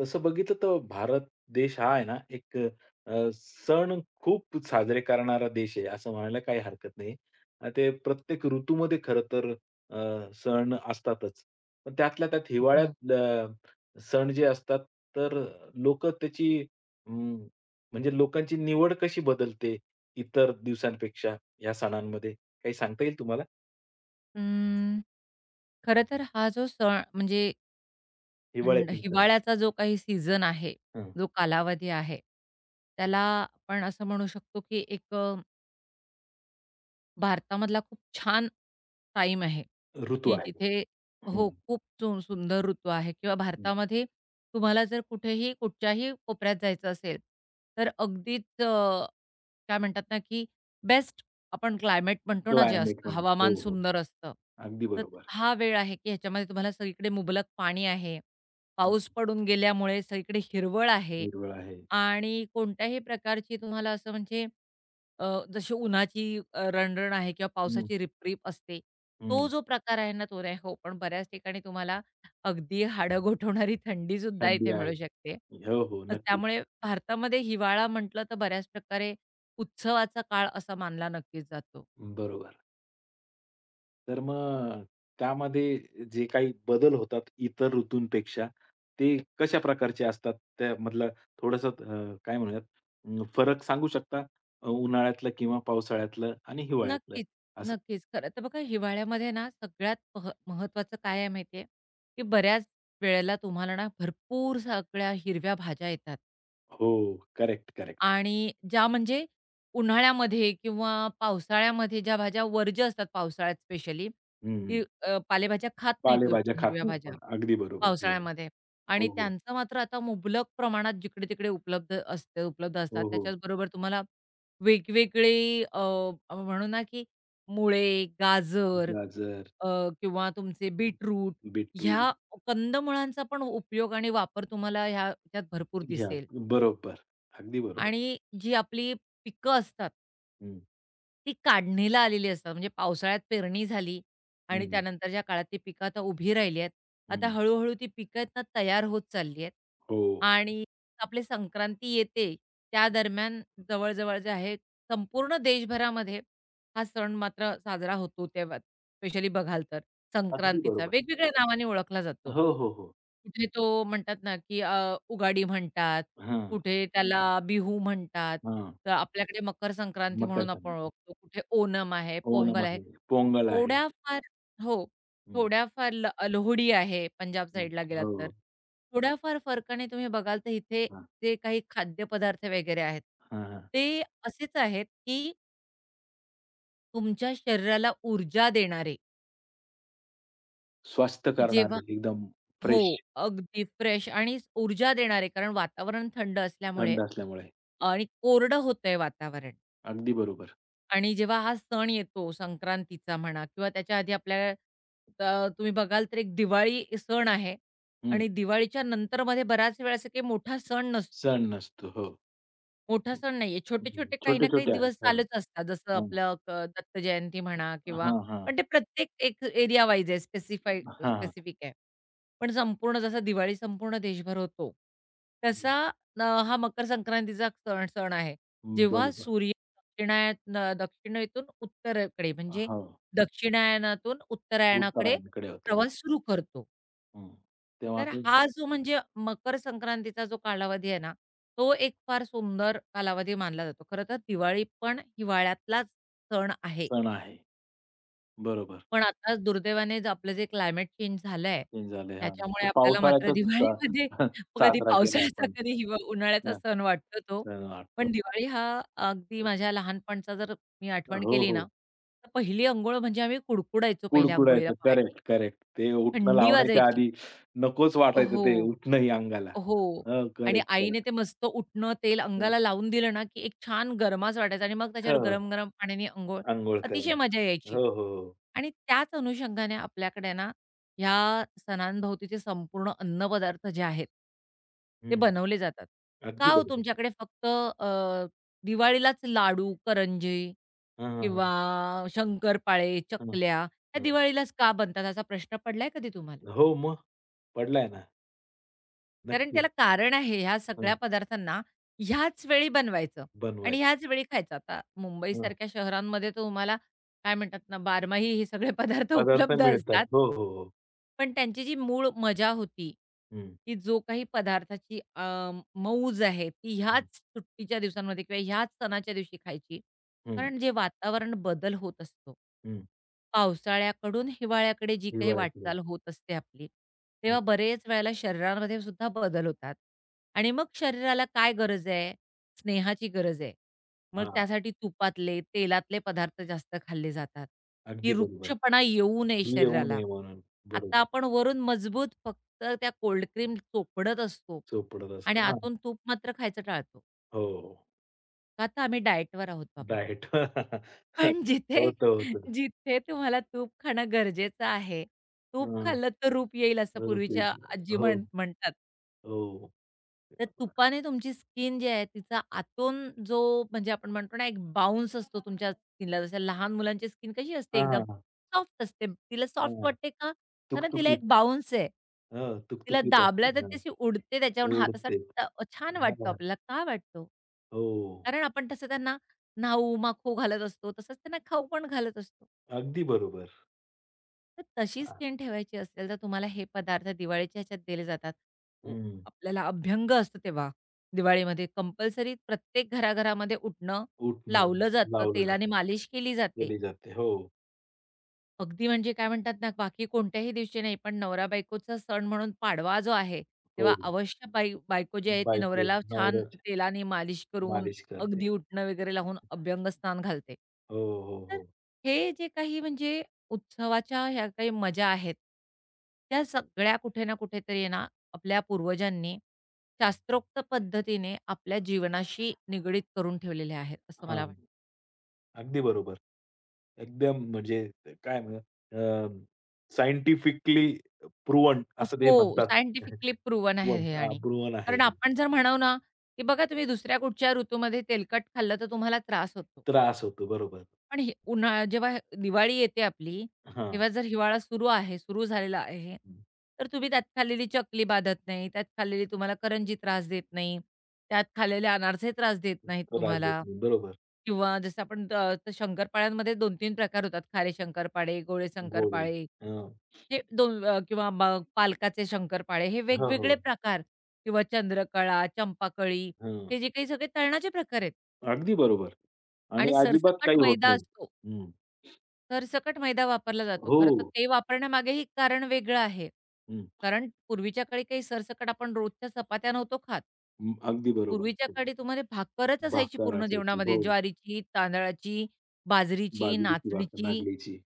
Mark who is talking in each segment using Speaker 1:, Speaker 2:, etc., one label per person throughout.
Speaker 1: तसं बघितलं तर भारत देश हा आहे ना एक सण खूप साजरे करणारा देश आहे, असं म्हणायला काही हरकत नाही. ते प्रत्येक ऋतूमध्ये खरं तर अ, सण असतातच. पण त्यातल्या त्यात
Speaker 2: हो.
Speaker 1: हिवाळ्यात सण जे असतात, तर लोकं त्याची अं, म्हणजे लोकांची निवड कशी बदलते इतर दिवसांपेक्षा या सणांमध्ये? काही सांगता येईल तुम्हाला?
Speaker 2: अं, खरं तर हा जो सण म्हणजे थंड
Speaker 1: हिवाळ्यातील सण.
Speaker 2: हिवाळ्याचा जो काही सीझन आहे,
Speaker 1: हं.
Speaker 2: जो कालावधी आहे, त्याला आपण असं म्हणू शकतो की एक भारतामधला खूप छान टाईम आहे,
Speaker 1: ऋतू
Speaker 2: की
Speaker 1: आहे.
Speaker 2: जिथे हो, खूप सुंदर ऋतू आहे किंवा भारतामध्ये तुम्हाला जर कुठेही कुठच्याही कोपऱ्यात जायचं असेल, तर अगदीच काय म्हणतात ना, की बेस्ट आपण क्लायमेट म्हणतो ना, जे
Speaker 1: क्लायमेट
Speaker 2: असतं
Speaker 1: म्हणत. हो,
Speaker 2: हवामान
Speaker 1: हो.
Speaker 2: सुंदर असतं.
Speaker 1: अगदी
Speaker 2: तर
Speaker 1: बरोबर.
Speaker 2: हा वेळ आहे, की ह्याच्यामध्ये तुम्हाला सगळीकडे मुबलक पाणी आहे. पाऊस पडून गेल्यामुळे सगळीकडे हिरवळ आहे
Speaker 1: हिरवळ आहे.
Speaker 2: आणि कोणत्याही प्रकारची तुम्हाला असं म्हणजे जशी उन्हाची रणरण आहे किंवा
Speaker 1: हं,
Speaker 2: पावसाची रिपरिप असते. तो
Speaker 1: हं.
Speaker 2: जो प्रकार आहे ना, तो नाही हो, पण बऱ्याच ठिकाणी तुम्हाला अगदी हाडं गोठवणारी थंडीसुद्धा
Speaker 1: थंडी
Speaker 2: इथे
Speaker 1: आहे.
Speaker 2: मिळू शकते.
Speaker 1: हो, हो. नक्की.
Speaker 2: त्यामुळे भारतामध्ये हिवाळा म्हटलं तर बऱ्याच प्रकारे उत्सवाचा काळ असा मानला नक्कीच जातो.
Speaker 1: बरोबर. तर मग त्यामध्ये जे काही बदल होतात इतर ऋतूंपेक्षा, ते कशा प्रकारचे असतात? त्यामधला थोडंसं काय म्हणूयात फरक सांगू शकता? उन्हाळ्यातलं किंवा पावसाळ्यातलं आणि हिवाळ्यातलं
Speaker 2: नक्कीच,
Speaker 1: असं.
Speaker 2: नक्कीच. खरं तर बघा हिवाळ्यामध्ये ना सगळ्यात महत्त्वाचं काय आहे माहिती की बऱ्याच वेळेला तुम्हाला ना भरपूर सगळ्या हिरव्या भाज्या येतात.
Speaker 1: हो. Correct, correct.
Speaker 2: आणि ज्या म्हणजे उन्हाळ्यामध्ये किंवा पावसाळ्यामध्ये ज्या भाज्या वर्ज्य असतात पावसाळ्यात स्पेशली,
Speaker 1: हं.
Speaker 2: की पालेभाज्या खात नाहीत
Speaker 1: पालेभाज्या
Speaker 2: लोकं
Speaker 1: खात
Speaker 2: हिरव्या
Speaker 1: नाही
Speaker 2: भाज्या
Speaker 1: आपण. अगदी बरोबर. हो,
Speaker 2: पावसाळ्यामध्ये
Speaker 1: हो,
Speaker 2: आणि
Speaker 1: हो.
Speaker 2: त्यांचं मात्र आता मुबलक प्रमाणात जिकडे-तिकडे उपलब्ध असतात.
Speaker 1: हो, हो.
Speaker 2: त्याच्याचबरोबर तुम्हाला वेगवेगळे म्हणू ना, की मुळे, गाजर
Speaker 1: गाजर,
Speaker 2: अ, किंवा तुमचे बीटरूट
Speaker 1: बीटरूट.
Speaker 2: ह्या कंदमुळांचा पण उपयोग आणि वापर तुम्हाला ह्याच्यात भरपूर
Speaker 1: घ्या.
Speaker 2: दिसेल.
Speaker 1: बरोबर. अगदी बरोबर.
Speaker 2: आणि जी आपली पिकं असतात,
Speaker 1: हं,
Speaker 2: ती काढणीला आलेली असतात. म्हणजे पावसाळ्यात पेरणी झाली आणि
Speaker 1: हं,
Speaker 2: त्यानंतरच्या काळात ती पिकं आता उभी राहिली आहेत. आता
Speaker 1: हं.
Speaker 2: हळू-हळू ती पिकं आहेत ना, तयार होत चालली आहेत.
Speaker 1: हो.
Speaker 2: आणि आपली संक्रांती येते, त्या दरम्यान जवळ-जवळ जे आहे, संपूर्ण देशभरामध्ये हा सण मात्र साजरा होतो तेव्हा, स्पेशली बघाल तर.
Speaker 1: अगदी
Speaker 2: संक्रांतीचा
Speaker 1: बरोबर.
Speaker 2: वेगवेगळ्या नावाने ओळखला जातो.
Speaker 1: हो, हो, हो.
Speaker 2: कुठे तो म्हणतात ना, की उगाडी म्हणतात,
Speaker 1: हां,
Speaker 2: कुठे त्याला बिहू म्हणतात.
Speaker 1: हां.
Speaker 2: तर आपल्याकडे मकर संक्रांती
Speaker 1: मकर
Speaker 2: म्हणून
Speaker 1: संक्रांत,
Speaker 2: आपण ओळखतो. कुठे ओणम आहे,
Speaker 1: ओणम
Speaker 2: पोंगल आहे. हं.
Speaker 1: आहे, पोंगल आहे.
Speaker 2: थोड्याफार हो,
Speaker 1: हं,
Speaker 2: थोड्याफार लोहडी आहे पंजाब
Speaker 1: हं.
Speaker 2: साइडला गेलात तर.
Speaker 1: हो,
Speaker 2: थोड्याफार फरकाने तुम्ही बघाल तर इथे
Speaker 1: हां,
Speaker 2: जे काही खाद्यपदार्थ वगैरे आहेत,
Speaker 1: हां, हां.
Speaker 2: ते असेच आहेत, की तुमच्या शरीराला ऊर्जा देणारे,
Speaker 1: स्वस्थ
Speaker 2: की जेव्हा
Speaker 1: करणारे एकदम
Speaker 2: हो,
Speaker 1: फ्रेश
Speaker 2: अगदी फ्रेश आणि ऊर्जा देणारे कारण वातावरण थंड असल्यामुळे
Speaker 1: थंड असल्यामुळे.
Speaker 2: आणि कोरडं होतंय वातावरण
Speaker 1: अगदी बरोबर.
Speaker 2: आणि जेव्हा हा सण येतो संक्रांतीचा म्हणा किंवा त्याच्या आधी आपल्या तुम्ही बघाल तर एक दिवाळी सण आहे
Speaker 1: हं.
Speaker 2: आणि दिवाळीच्या नंतरमध्ये बराच वेळ असा काही मोठा सण नसतो.
Speaker 1: सण नसतो. हो.
Speaker 2: मोठा सण नाहीये.
Speaker 1: हं.
Speaker 2: छोटे-छोटे काही ना काही
Speaker 1: छोटे-छोटे आहेत.
Speaker 2: दिवस
Speaker 1: हो,
Speaker 2: चालूच असतात. जसं आपलं दत्त जयंती म्हणा
Speaker 1: हां,
Speaker 2: किंवा
Speaker 1: हां, हां.
Speaker 2: पण ते प्रत्येक एक एरिया वाईज आहे. स्पेसिफाईड
Speaker 1: हां, हां.
Speaker 2: स्पेसिफिक आहे. पण संपूर्ण जसा दिवाळी संपूर्ण देशभर होतो,
Speaker 1: हं.
Speaker 2: तसा हा मकर संक्रांतीचा सण सण आहे. जेव्हा
Speaker 1: बरोबर.
Speaker 2: सूर्य दक्षिणेतून उत्तरेकडे म्हणजे
Speaker 1: हो.
Speaker 2: दक्षिणायनातून उत्तरायणाकडे
Speaker 1: उत्तरायणकडे होतो.
Speaker 2: प्रवास सुरू करतो.
Speaker 1: हं. तेव्हा
Speaker 2: तर
Speaker 1: तो
Speaker 2: हा जो म्हणजे मकर संक्रांतीचा जो कालावधी आहे ना, तो एक फार सुंदर कालावधी मानला जातो. खरं तर दिवाळी पण हिवाळ्यातलाच सण आहे.
Speaker 1: सण आहे. बरोबर.
Speaker 2: पण आता दुर्दैवाने जे आपलं जे क्लायमेट चेंज झालंय,
Speaker 1: चेंज झाले. हां. तो
Speaker 2: त्याच्यामुळे आपल्याला मात्र
Speaker 1: पावसाळ्यातच
Speaker 2: दिवाळीमध्ये कधी
Speaker 1: साजरा केलाय
Speaker 2: पावसाळ्याचा,
Speaker 1: आपण.
Speaker 2: कधी उन्हाळ्याचा
Speaker 1: हां,
Speaker 2: सण वाटतो तो.
Speaker 1: सण वाटतो.
Speaker 2: पण दिवाळी हा अगदी माझ्या लहानपणचा जर मी आठवण
Speaker 1: हो,
Speaker 2: केली ना,
Speaker 1: हो.
Speaker 2: तर पहिली अंघोळ म्हणजे आम्ही कुडकुडायचो पहिल्या अंघोळीला
Speaker 1: कुडकुडायचं.
Speaker 2: पहाटे.
Speaker 1: Correct, correct. ते उटणं
Speaker 2: थंडी
Speaker 1: लावण्याच्या
Speaker 2: वाजायची.
Speaker 1: आधी नकोच वाटायचं ते
Speaker 2: हो.
Speaker 1: उटणंही अंगाला.
Speaker 2: हो.
Speaker 1: हो,
Speaker 2: आणि
Speaker 1: करेक्ट, करेक्ट.
Speaker 2: आईने ते मस्त उठणं तेल
Speaker 1: हां.
Speaker 2: अंगाला लावून दिलं ना, की एक छान गरमास वाटायचा आणि मग त्याच्यावर
Speaker 1: हो,
Speaker 2: गरम-गरम पाण्याने अंघोळ,
Speaker 1: अंघोळ
Speaker 2: अतिशय
Speaker 1: करणं.
Speaker 2: मजा यायची.
Speaker 1: हो, हो, हो.
Speaker 2: आणि त्याच अनुषंगाने आपल्याकडे ना, ह्या सणांभोवतीचे संपूर्ण अन्नपदार्थ जे आहेत, ते
Speaker 1: हं.
Speaker 2: बनवले जातात. का
Speaker 1: अगदी
Speaker 2: हो
Speaker 1: बरोबर.
Speaker 2: तुमच्याकडे फक्त दिवाळीलाच लाडू, करंजी
Speaker 1: हां, हां, हां.
Speaker 2: किंवा शंकरपाळे,
Speaker 1: हां,
Speaker 2: चकल्या, ह्या
Speaker 1: हां.
Speaker 2: दिवाळीलाच का बनतात, असा प्रश्न पडलाय कधी तुम्हाला?
Speaker 1: हो, मग पडलाय ना.
Speaker 2: कारण त्याला
Speaker 1: नक्कीच.
Speaker 2: कारण आहे ह्या
Speaker 1: हां,
Speaker 2: सगळ्या पदार्थांना ह्याच वेळी बनवायचं आणि
Speaker 1: बनवायचं.
Speaker 2: ह्याच वेळी खायचं. आता
Speaker 1: हां,
Speaker 2: मुंबईसारख्या शहरांमध्ये तर तुम्हाला काय म्हणतात ना, बारमाही हे सगळे पदार्थ
Speaker 1: पदार्थ
Speaker 2: उपलब्ध
Speaker 1: मिळतात.
Speaker 2: असतात.
Speaker 1: हो, हो, हो.
Speaker 2: पण त्यांची जी मूळ मजा होती,
Speaker 1: हं,
Speaker 2: की जो काही पदार्थाची मौज आहे, ती
Speaker 1: हं,
Speaker 2: ह्याच सुट्टीच्या दिवसांमध्ये किंवा ह्याच सणाच्या दिवशी खायची.
Speaker 1: हं,
Speaker 2: कारण जे वातावरण बदल होत असतो.
Speaker 1: हं.
Speaker 2: पावसाळ्याकडून हिवाळ्याकडे जी काही
Speaker 1: हिवाळ्यातले.
Speaker 2: वाटचाल होत असते आपली,
Speaker 1: हां,
Speaker 2: तेव्हा बरेच वेळेला शरीरामध्ये सुद्धा बदल होतात आणि मग शरीराला काय गरज आहे? स्नेहाची गरज आहे. मग
Speaker 1: हां.
Speaker 2: त्यासाठी तुपातले, तेलातले पदार्थ जास्त खाल्ले जातात, की
Speaker 1: अगदी बरोबर.
Speaker 2: रुक्षपणा येऊ नये
Speaker 1: मी येऊ
Speaker 2: शरीराला.
Speaker 1: नये म्हणून.
Speaker 2: आता
Speaker 1: बरोबर.
Speaker 2: आपण वरून मजबूत फक्त त्या कोल्ड क्रीम चोपडत असतो
Speaker 1: चोपडत
Speaker 2: आणि
Speaker 1: असतो. हां.
Speaker 2: आतून तूप मात्र खायचं टाळतो.
Speaker 1: हो.
Speaker 2: का तर आम्ही डाएटवर आहोत बाबा.
Speaker 1: डायट.
Speaker 2: पण जिथे
Speaker 1: होतं, होतं.
Speaker 2: जिथे तुम्हाला तूप खाणं गरजेचं आहे, तूप
Speaker 1: हां.
Speaker 2: खाल्लं तर रूप येईल असं
Speaker 1: रुपीज.
Speaker 2: पूर्वीच्या आजी
Speaker 1: हो,
Speaker 2: म्हणतात.
Speaker 1: हो.
Speaker 2: तर तुपाने तुमची स्किन जी आहे तिचा आतून जो म्हणजे आपण म्हणतो ना एक बाउन्स असतो तुमच्या स्किनला. जसं लहान मुलांची स्किन कशी असते एकदम
Speaker 1: हां,
Speaker 2: सॉफ्ट असते. तिला
Speaker 1: हां,
Speaker 2: सॉफ्ट
Speaker 1: हां.
Speaker 2: वाटते का? कारण तिला एक
Speaker 1: तुकतुकीत.
Speaker 2: बाउन्स आहे.
Speaker 1: हां,
Speaker 2: तिला
Speaker 1: तुकतुकीत असते.
Speaker 2: दाबलं तर
Speaker 1: हां.
Speaker 2: ती उडते त्याच्यावरून हात असा
Speaker 1: उडते.
Speaker 2: ट छान वाटतो
Speaker 1: हां.
Speaker 2: आपल्याला. का वाटतो?
Speaker 1: हो.
Speaker 2: कारण आपण तसं त्यांना न्हाऊ, माखू घालत असतो. तसंच त्यांना खाऊ पण घालत असतो.
Speaker 1: अगदी बरोबर.
Speaker 2: तर तशी
Speaker 1: हां.
Speaker 2: स्किन ठेवायची असेल, तर तुम्हाला हे पदार्थ दिवाळीच्या ह्याच्यात दिले जातात. हो.
Speaker 1: हं.
Speaker 2: आपल्याला अभ्यंग असतो तेव्हा दिवाळीमध्ये कंपल्सरी प्रत्येक घराघरामध्ये उठणं
Speaker 1: उटणं
Speaker 2: लावलं जातं,
Speaker 1: लावलं
Speaker 2: तेलाने
Speaker 1: जातं.
Speaker 2: मालिश केली जाते.
Speaker 1: केली जाते. हो,
Speaker 2: अगदी म्हणजे काय म्हणतात ना, बाकी कोणत्याही दिवशी नाही, पण नवरा-बायकोचा सण म्हणून पाडवा जो आहे, तेव्हा
Speaker 1: हो.
Speaker 2: अवश्य बायको जी आहे ती
Speaker 1: बायको
Speaker 2: नवऱ्याला छान
Speaker 1: नवऱ्याची
Speaker 2: तेलाने मालिश करून,
Speaker 1: मालिश करते.
Speaker 2: अगदी उटणं वगैरे लावून अभ्यंगस्नान घालते.
Speaker 1: हो, हो,
Speaker 2: तर
Speaker 1: हो.
Speaker 2: हे जे काही म्हणजे उत्सवाच्या ह्या काही मजा आहेत, त्या सगळ्या कुठे ना कुठेतरी आहे ना, आपल्या पूर्वजांनी शास्त्रोक्त पद्धतीने आपल्या जीवनाशी निगडीत करून ठेवलेल्या आहेत, असं मला
Speaker 1: हां.
Speaker 2: वाटतं.
Speaker 1: अगदी बरोबर. एकदम म्हणजे काय म्हणू सायंटिफिकली प्रूव्हन असं ते
Speaker 2: हो,
Speaker 1: म्हणतात.
Speaker 2: सायंटिफिकली प्रूव्हन आहे हे आणि.
Speaker 1: प्रूव्हन आहे.
Speaker 2: कारण आपण जर म्हणू ना, की बघा तुम्ही दुसऱ्या कुठच्या ऋतूमध्ये तेलकट खाल्लं तर तुम्हाला त्रास होतो.
Speaker 1: त्रास होतो बरोबर.
Speaker 2: पण हे उन्हाळा जेव्हा हे दिवाळी येते आपली,
Speaker 1: हां.
Speaker 2: तेव्हा जर हिवाळा सुरू आहे, सुरू झालेला आहे, तर तुम्ही त्यात खाल्लेली चकली बाधत नाही, त्यात खाल्लेली तुम्हाला करंजी त्रास देत नाही, त्यात खाल्लेले अनारसे त्रास देत नाहीत
Speaker 1: त्रास देत
Speaker 2: तुम्हाला
Speaker 1: नाही. बरोबर.
Speaker 2: किंवा जसं आपण शंकरपाळ्यांमध्ये 2-3 प्रकार होतात, खारे शंकरपाळे, गोळे
Speaker 1: गोड
Speaker 2: शंकरपाळे.
Speaker 1: हं.
Speaker 2: हे 2 किंवा पालकाचे शंकरपाळे हे
Speaker 1: हो,
Speaker 2: वेगवेगळे
Speaker 1: हो.
Speaker 2: प्रकार किंवा चंद्रकळा, चंपाकळी
Speaker 1: हं.
Speaker 2: हे जे काही सगळे तळणाचे प्रकार आहेत
Speaker 1: अगदी बरोबर. आणि
Speaker 2: आणि
Speaker 1: अजिबात
Speaker 2: सरसकट
Speaker 1: काही होत
Speaker 2: मैदा
Speaker 1: नाही.
Speaker 2: असतो.
Speaker 1: हं.
Speaker 2: सरसकट मैदा वापरला जातो.
Speaker 1: हो.
Speaker 2: खरं तर ते वापरण्यामागेही कारण वेगळं आहे.
Speaker 1: हं.
Speaker 2: कारण पूर्वीच्या काळी काही सरसकट आपण रोजच्या चपात्या नव्हतो खात.
Speaker 1: हं. अगदी बरोबर.
Speaker 2: पूर्वीच्या काळी तुम्हाला भाकरच असायची
Speaker 1: भाकर
Speaker 2: पूर्ण
Speaker 1: असायची. हो.
Speaker 2: जेवणामध्ये. ज्वारीची, तांदळाची, बाजरीची,
Speaker 1: बाजरीची भाकर,
Speaker 2: नाचणीची
Speaker 1: नागलीची.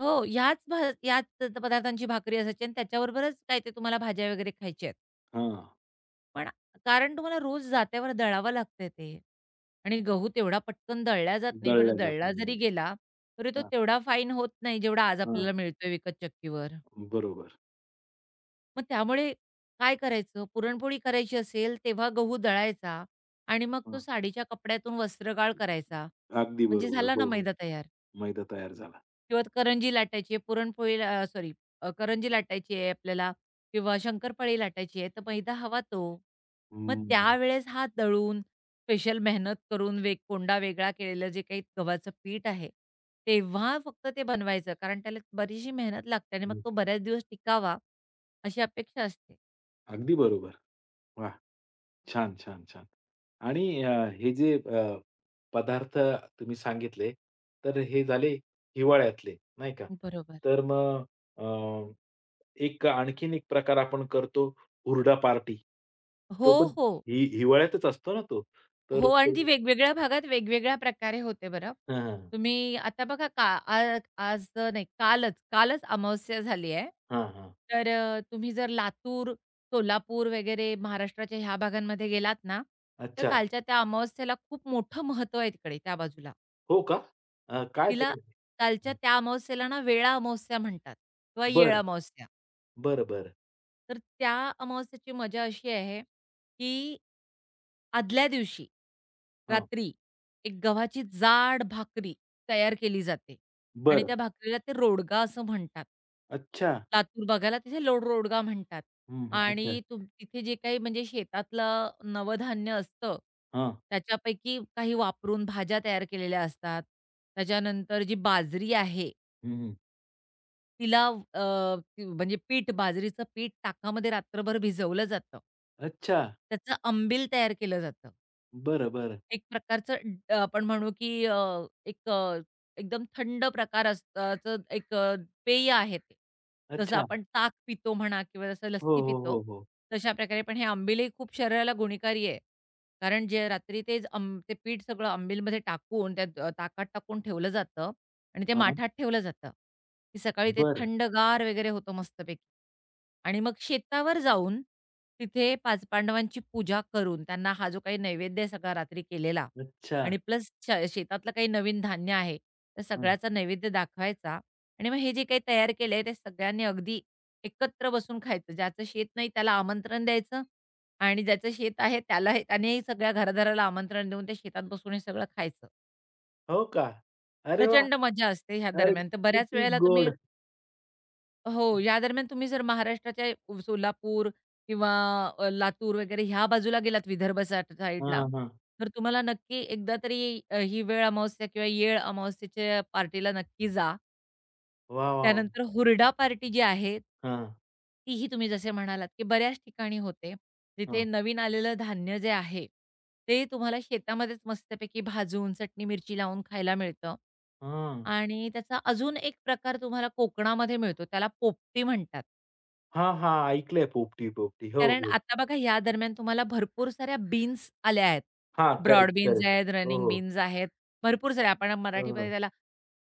Speaker 2: हो, ह्याच पदार्थांची भाकरी असायची आणि त्याच्याबरोबरच काय ते तुम्हाला भाज्या वगैरे खायच्या आहेत.
Speaker 1: हां.
Speaker 2: पण कारण तुम्हाला रोज जात्यावर दळावं लागतंय ते आणि गहू तेवढा पटकन दळला जात नाही.
Speaker 1: दळल्या
Speaker 2: बरं
Speaker 1: जात
Speaker 2: दळला
Speaker 1: नाही.
Speaker 2: जरी गेला, तरी तो
Speaker 1: हां,
Speaker 2: तेवढा फाईन होत नाही, जेवढा आज
Speaker 1: हां.
Speaker 2: आपल्याला मिळतोय विकत चक्कीवर.
Speaker 1: बरोबर.
Speaker 2: मग त्यामुळे काय करायचं? पुरणपोळी करायची असेल, तेव्हा गहू दळायचा आणि मग तो
Speaker 1: हां.
Speaker 2: साडीच्या कपड्यातून वस्त्रगाळ करायचा.
Speaker 1: अगदी
Speaker 2: म्हणजे
Speaker 1: बरोबर.
Speaker 2: झाला
Speaker 1: हो,
Speaker 2: ना
Speaker 1: हो.
Speaker 2: मैदा तयार.
Speaker 1: मैदा तयार झाला.
Speaker 2: किंवा करंजी लाटायची आहे, पुरणपोळी सॉरी करंजी लाटायची आहे आपल्याला किंवा शंकरपाळी लाटायची आहे, तर मैदा हवा तो. मग
Speaker 1: हम्म.
Speaker 2: त्यावेळेस हा दळून, स्पेशल मेहनत करून कोंडा वेगळा केलेलं जे काही गव्हाचं पीठ आहे, तेव्हा फक्त ते बनवायचं. कारण त्याला बरीचशी मेहनत लागते आणि मग
Speaker 1: हं.
Speaker 2: तो बऱ्याच दिवस टिकावा, अशी अपेक्षा असते.
Speaker 1: अगदी बरोबर. वाह! छान, छान, छान. आणि हे जे पदार्थ तुम्ही सांगितले, तर हे झाले हिवाळ्यातले, नाही का?
Speaker 2: बरोबर.
Speaker 1: तर मग अ, एक आणखीन एक प्रकार आपण करतो हुरडा पार्टी. तो
Speaker 2: हो,
Speaker 1: पण
Speaker 2: हो.
Speaker 1: हिवाळ्यातच असतो ना तो.
Speaker 2: हो
Speaker 1: तर
Speaker 2: आणि
Speaker 1: ते
Speaker 2: ती वेगवेगळ्या भागात वेगवेगळ्या प्रकारे होते बरं.
Speaker 1: हां, हां.
Speaker 2: तुम्ही आता बघा का आ आज नाही कालच, कालच अमावस्या झाली आहे.
Speaker 1: हां,
Speaker 2: तर तुम्ही जर लातूर, सोलापूर वगैरे महाराष्ट्राच्या ह्या भागांमध्ये गेलात ना, तर
Speaker 1: अच्छा.
Speaker 2: कालच्या त्या अमावस्येला खूप मोठं महत्त्व आहे तिकडे त्या बाजूला.
Speaker 1: हो का? काय
Speaker 2: तिला
Speaker 1: ते?
Speaker 2: कालच्या त्या अमावस्येला ना वेळा अमावस्या म्हणतात किंवा येळ
Speaker 1: बरं,
Speaker 2: अमावस्या.
Speaker 1: बरं, बरं.
Speaker 2: तर त्या अमावस्येची मजा अशी आहे, की आदल्या दिवशी
Speaker 1: हां.
Speaker 2: रात्री एक गव्हाची जाड भाकरी तयार केली जाते आणि
Speaker 1: बरं.
Speaker 2: त्या भाकरीला ते रोडगा असं म्हणतात.
Speaker 1: अच्छा.
Speaker 2: लातूर भागाला तिथे लोड रोडगा म्हणतात
Speaker 1: हं, हं. अच्छा.
Speaker 2: आणि तिथे जे काही म्हणजे शेतातलं नवधान्य असतं,
Speaker 1: हां.
Speaker 2: त्याच्यापैकी काही वापरून भाज्या तयार केलेल्या असतात. त्याच्यानंतर जी बाजरी आहे,
Speaker 1: हं, हं.
Speaker 2: तिला अ, म्हणजे बाजरीचं पीठ ताकामध्ये रात्रभर भिजवलं जातं.
Speaker 1: अच्छा.
Speaker 2: त्याचं अंबील तयार केलं जातं.
Speaker 1: बरं, बरं.
Speaker 2: एक प्रकारचं आपण म्हणू की एक अ, एकदम थंड प्रकार असतं एक पेय आहे ते. जसं
Speaker 1: अच्छा.
Speaker 2: आपण ताक पितो म्हणा किंवा जसं
Speaker 1: हो,
Speaker 2: लस्सी
Speaker 1: हो,
Speaker 2: पितो,
Speaker 1: हो, हो.
Speaker 2: तशा प्रकारे पण हे आंबीलही खूप शरीराला गुणकारी आहे. कारण जे रात्री ते ते पीठ सगळं आंबीलमध्ये टाकून त्यात ताकात टाकून ठेवलं जातं आणि ते
Speaker 1: हां.
Speaker 2: माठात ठेवलं जातं, की सकाळी ते
Speaker 1: बरं.
Speaker 2: थंडगार वगैरे होतं मस्तपैकी. आणि मग शेतावर जाऊन तिथे पाच पांडवांची पूजा करून त्यांना हा जो काही नैवेद्य आहे सगळा रात्री केलेला
Speaker 1: अच्छा.
Speaker 2: आणि प्लस शेतातलं काही नवीन धान्य आहे, त्या
Speaker 1: हं.
Speaker 2: सगळ्याचा नैवेद्य दाखवायचा आणि मग हे जे काही तयार केलंय ते सगळ्यांनी अगदी एकत्र बसून खायचं. ज्याचं शेत नाही त्याला आमंत्रण द्यायचं आणि ज्याचं शेत आहे त्याला हे त्याने सगळ्या घरादाराला आमंत्रण देऊन त्या शेतात बसून हे सगळं खायचं.
Speaker 1: हो का? अरे वाह!
Speaker 2: प्रचंड मजा असते ह्या
Speaker 1: अरे
Speaker 2: दरम्यान. तर बऱ्याच
Speaker 1: किती
Speaker 2: वेळेला तुम्ही
Speaker 1: गोड!
Speaker 2: हो, या दरम्यान तुम्ही जर महाराष्ट्राच्या सोलापूर किंवा लातूर वगैरे ह्या बाजूला गेलात विदर्भ साईडला,
Speaker 1: हां, हां.
Speaker 2: तर तुम्हाला नक्की एकदा तरी ही वेळ अमावास्या किंवा येळ अमावास्येच्या पार्टीला नक्की जा.
Speaker 1: वाह, वाह, वाह!
Speaker 2: त्यानंतर हुरडा पार्टी जी आहे
Speaker 1: हां,
Speaker 2: तीही तुम्ही जसे म्हणालात, की बऱ्याच ठिकाणी होते. जिथे
Speaker 1: हां.
Speaker 2: नवीन आलेलं धान्य जे आहे, ते तुम्हाला शेतामध्येच मस्तपैकी भाजून, चटणी मिरची लावून खायला मिळतं.
Speaker 1: हां.
Speaker 2: आणि त्याचा अजून एक प्रकार तुम्हाला कोकणामध्ये मिळतो. त्याला पोपटी म्हणतात.
Speaker 1: हां, हां. ऐकलंय पोपटी, पोपटी. हो,
Speaker 2: कारण
Speaker 1: हो.
Speaker 2: आता बघा या दरम्यान तुम्हाला भरपूर साऱ्या बीन्स आल्या आहेत.
Speaker 1: हां. Correct,
Speaker 2: broad beans
Speaker 1: correct.
Speaker 2: आहेत,
Speaker 1: हो,
Speaker 2: रनिंग
Speaker 1: हो.
Speaker 2: बीन्स आहेत. भरपूर साऱ्या आपण
Speaker 1: हं,
Speaker 2: मराठीमध्ये
Speaker 1: हं.
Speaker 2: त्याला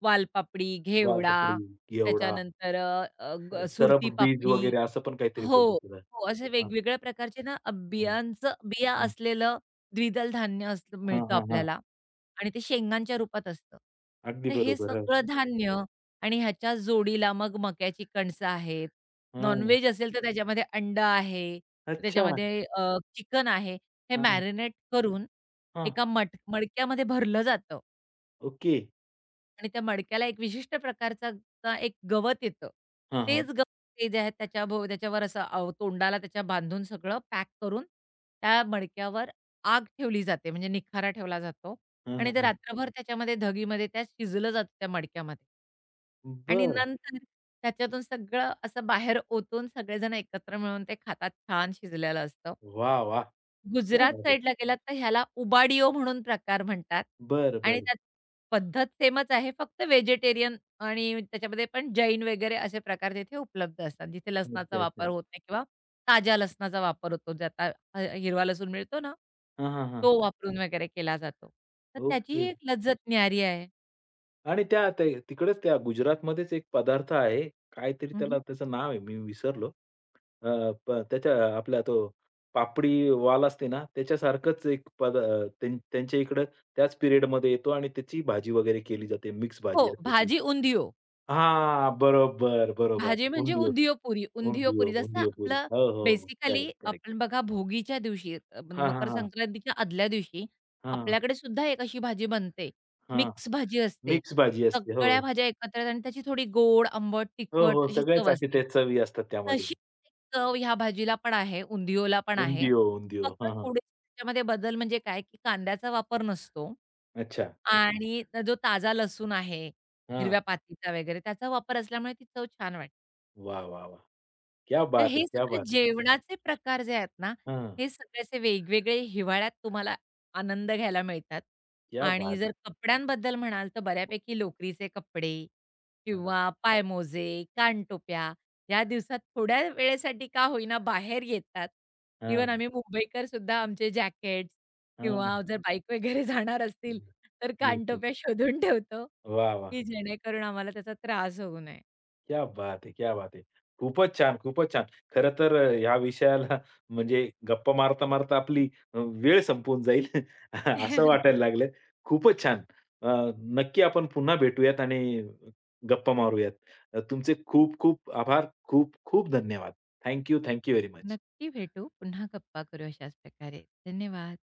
Speaker 2: वालपापडी, घेवडा,
Speaker 1: वालपापडी, घेवडा,
Speaker 2: त्याच्यानंतर अ, अ, ग
Speaker 1: सरप
Speaker 2: सुरती
Speaker 1: बीज
Speaker 2: पापडी
Speaker 1: वगैरे असं पण काहीतरी
Speaker 2: हो,
Speaker 1: बोलतो त्याला.
Speaker 2: हो. असे
Speaker 1: हां.
Speaker 2: वेगवेगळ्या प्रकारचे ना,
Speaker 1: हं,
Speaker 2: बिया
Speaker 1: हं.
Speaker 2: असलेलं द्विदल धान्य असं
Speaker 1: हां,
Speaker 2: मिळतं
Speaker 1: हां, हां.
Speaker 2: आपल्याला आणि ते शेंगांच्या रूपात असतं.
Speaker 1: अगदी
Speaker 2: तर हे
Speaker 1: बरोबर. हो.
Speaker 2: सगळं धान्य आणि ह्याच्या जोडीला मग मक्याची कणसं आहेत.
Speaker 1: हं.
Speaker 2: नॉन-व्हेज असेल तर त्याच्यामध्ये अंडं आहे,
Speaker 1: अच्छा.
Speaker 2: त्याच्यामध्ये चिकन आहे. हे
Speaker 1: हां,
Speaker 2: मॅरिनेट करून
Speaker 1: हां.
Speaker 2: एका मडक्यामध्ये भरलं जातं.
Speaker 1: ओके.
Speaker 2: आणि त्या मडक्याला एक विशिष्ट प्रकारचा एक गवत येतं.
Speaker 1: हां, हां.
Speaker 2: तेच गवत ते जे आहे त्याच्या त्याच्यावर असं तोंडाला त्याच्या बांधून सगळं पॅक करून त्या मडक्यावर आग ठेवली जाते म्हणजे निखारा ठेवला जातो
Speaker 1: हां,
Speaker 2: आणि
Speaker 1: हां,
Speaker 2: ते
Speaker 1: हां.
Speaker 2: रात्रभर त्याच्यामध्ये धगीमध्ये त्या शिजलं जातं त्या मडक्यामध्ये. आणि
Speaker 1: बरं.
Speaker 2: नंतर त्याच्यातून सगळं असं बाहेर ओतून सगळेजण एकत्र मिळून ते खातात. छान शिजलेलं असतं.
Speaker 1: वाह! वाह! क्या
Speaker 2: गुजरात
Speaker 1: बात है!
Speaker 2: साइडला गेलात तर ह्याला उबाडियो म्हणून प्रकार म्हणतात
Speaker 1: बरं,
Speaker 2: आणि
Speaker 1: बरं.
Speaker 2: त्यात पद्धत सेमच आहे. फक्त व्हेजिटेरियन आणि त्याच्यामध्ये पण जैन वगैरे असे प्रकार तिथे उपलब्ध असतात. जिथे
Speaker 1: अच्छा,
Speaker 2: लसणाचा वापर
Speaker 1: अच्छा.
Speaker 2: होत नाही किंवा ताज्या लसणाचा वापर होतो. जे आता हिरवा लसूण मिळतो ना,
Speaker 1: हां, हां, हां.
Speaker 2: तो वापरून वगैरे केला जातो. तर
Speaker 1: ओके.
Speaker 2: त्याचीही एक लज्जत न्यारी आहे.
Speaker 1: आणि त्या ते तिकडच त्या गुजरातमध्येच एक पदार्थ आहे. काहीतरी
Speaker 2: हं,
Speaker 1: त्याला
Speaker 2: हं.
Speaker 1: त्याचं नाव आहे, मी विसरलो. अ, प त्याच्या आपला तो पापडीवाला असते ना, त्याच्यासारखंच एक पद अ, त्यां त्यांच्या इकडं त्याच पिरियडमध्ये येतो आणि त्याची भाजी वगैरे केली जाते. मिक्स
Speaker 2: हो,
Speaker 1: भाजी असते ती.
Speaker 2: भाजी उंधियो.
Speaker 1: हां. बरोबर, बरोबर.
Speaker 2: भाजी म्हणजे
Speaker 1: उंधियो.
Speaker 2: उंधियो पुरी, उंधियो
Speaker 1: उंधियो,
Speaker 2: पुरी. जसं
Speaker 1: उंधियो पुरी.
Speaker 2: आपलं
Speaker 1: हो, हो.
Speaker 2: Basically
Speaker 1: correct, correct.
Speaker 2: आपण बघा भोगीच्या दिवशी
Speaker 1: हां, हां,
Speaker 2: मकर
Speaker 1: हां.
Speaker 2: संक्रांतीच्या आदल्या दिवशी
Speaker 1: हां,
Speaker 2: आपल्याकडे सुद्धा एक अशी भाजी बनते.
Speaker 1: हां.
Speaker 2: मिक्स भाजी असते.
Speaker 1: मिक्स भाजी असते. हो.
Speaker 2: सगळ्या भाज्या एकत्र येतात आणि त्याची थोडी गोड, आंबट,
Speaker 1: हो,
Speaker 2: तिखट
Speaker 1: हो.
Speaker 2: अशी
Speaker 1: सगळ्याच
Speaker 2: चव
Speaker 1: असे
Speaker 2: असते.
Speaker 1: त्या चवी असतात त्यामध्ये.
Speaker 2: तशी एक चव ह्या भाजीला पण आहे, उंधियोला पण आहे.
Speaker 1: उंधियो, उंधियो.
Speaker 2: फक्त
Speaker 1: हां, हां.
Speaker 2: थोडे त्याच्यामध्ये बदल म्हणजे काय, की कांद्याचा वापर नसतो
Speaker 1: अच्छा.
Speaker 2: आणि जो ताजा लसूण आहे,
Speaker 1: हां.
Speaker 2: हिरव्या पातीचा वगैरे त्याचा वापर असल्यामुळे ती चव छान वाटते.
Speaker 1: वाह, वाह, वाह! क्या
Speaker 2: तर
Speaker 1: बात है!
Speaker 2: हे
Speaker 1: क्या
Speaker 2: सगळे
Speaker 1: बात है!
Speaker 2: जेवणाचे प्रकार जे आहेत ना,
Speaker 1: हां.
Speaker 2: हे सगळे असे वेगवेगळे हिवाळ्यात तुम्हाला आनंद घ्यायला मिळतात.
Speaker 1: क्या
Speaker 2: आणि
Speaker 1: बात है!
Speaker 2: जर कपड्यांबद्दल म्हणाल, तर बऱ्यापैकी लोकरीचे कपडे
Speaker 1: हां,
Speaker 2: किंवा पायमोजे, कानटोप्या या दिवसात थोड्या वेळेसाठी का होईना बाहेर येतात.
Speaker 1: हां,
Speaker 2: इव्हन आम्ही मुंबईकर सुद्धा आमचे जॅकेट्स
Speaker 1: हां.
Speaker 2: किंवा जर बाईक वगैरे जाणार असतील, तर
Speaker 1: येस, येस.
Speaker 2: कानटोप्या शोधून ठेवतो,
Speaker 1: वाह, वाह!
Speaker 2: की जेणेकरून आम्हाला त्याचा त्रास होऊ नये.
Speaker 1: क्या बात है! क्या बात है! खूपच छान, खूपच छान. खरं तर ह्या विषयाला म्हणजे गप्पा मारता-मारता आपली वेळ संपून जाईल असं वाटायला लागलं. खूपच छान. अ, नक्की आपण पुन्हा भेटूयात आणि गप्पा मारूयात. तुमचे खूप-खूप आभार. खूप-खूप धन्यवाद. Thank you, very much.
Speaker 2: नक्की भेटू. पुन्हा गप्पा करू अशाच प्रकारे. धन्यवाद.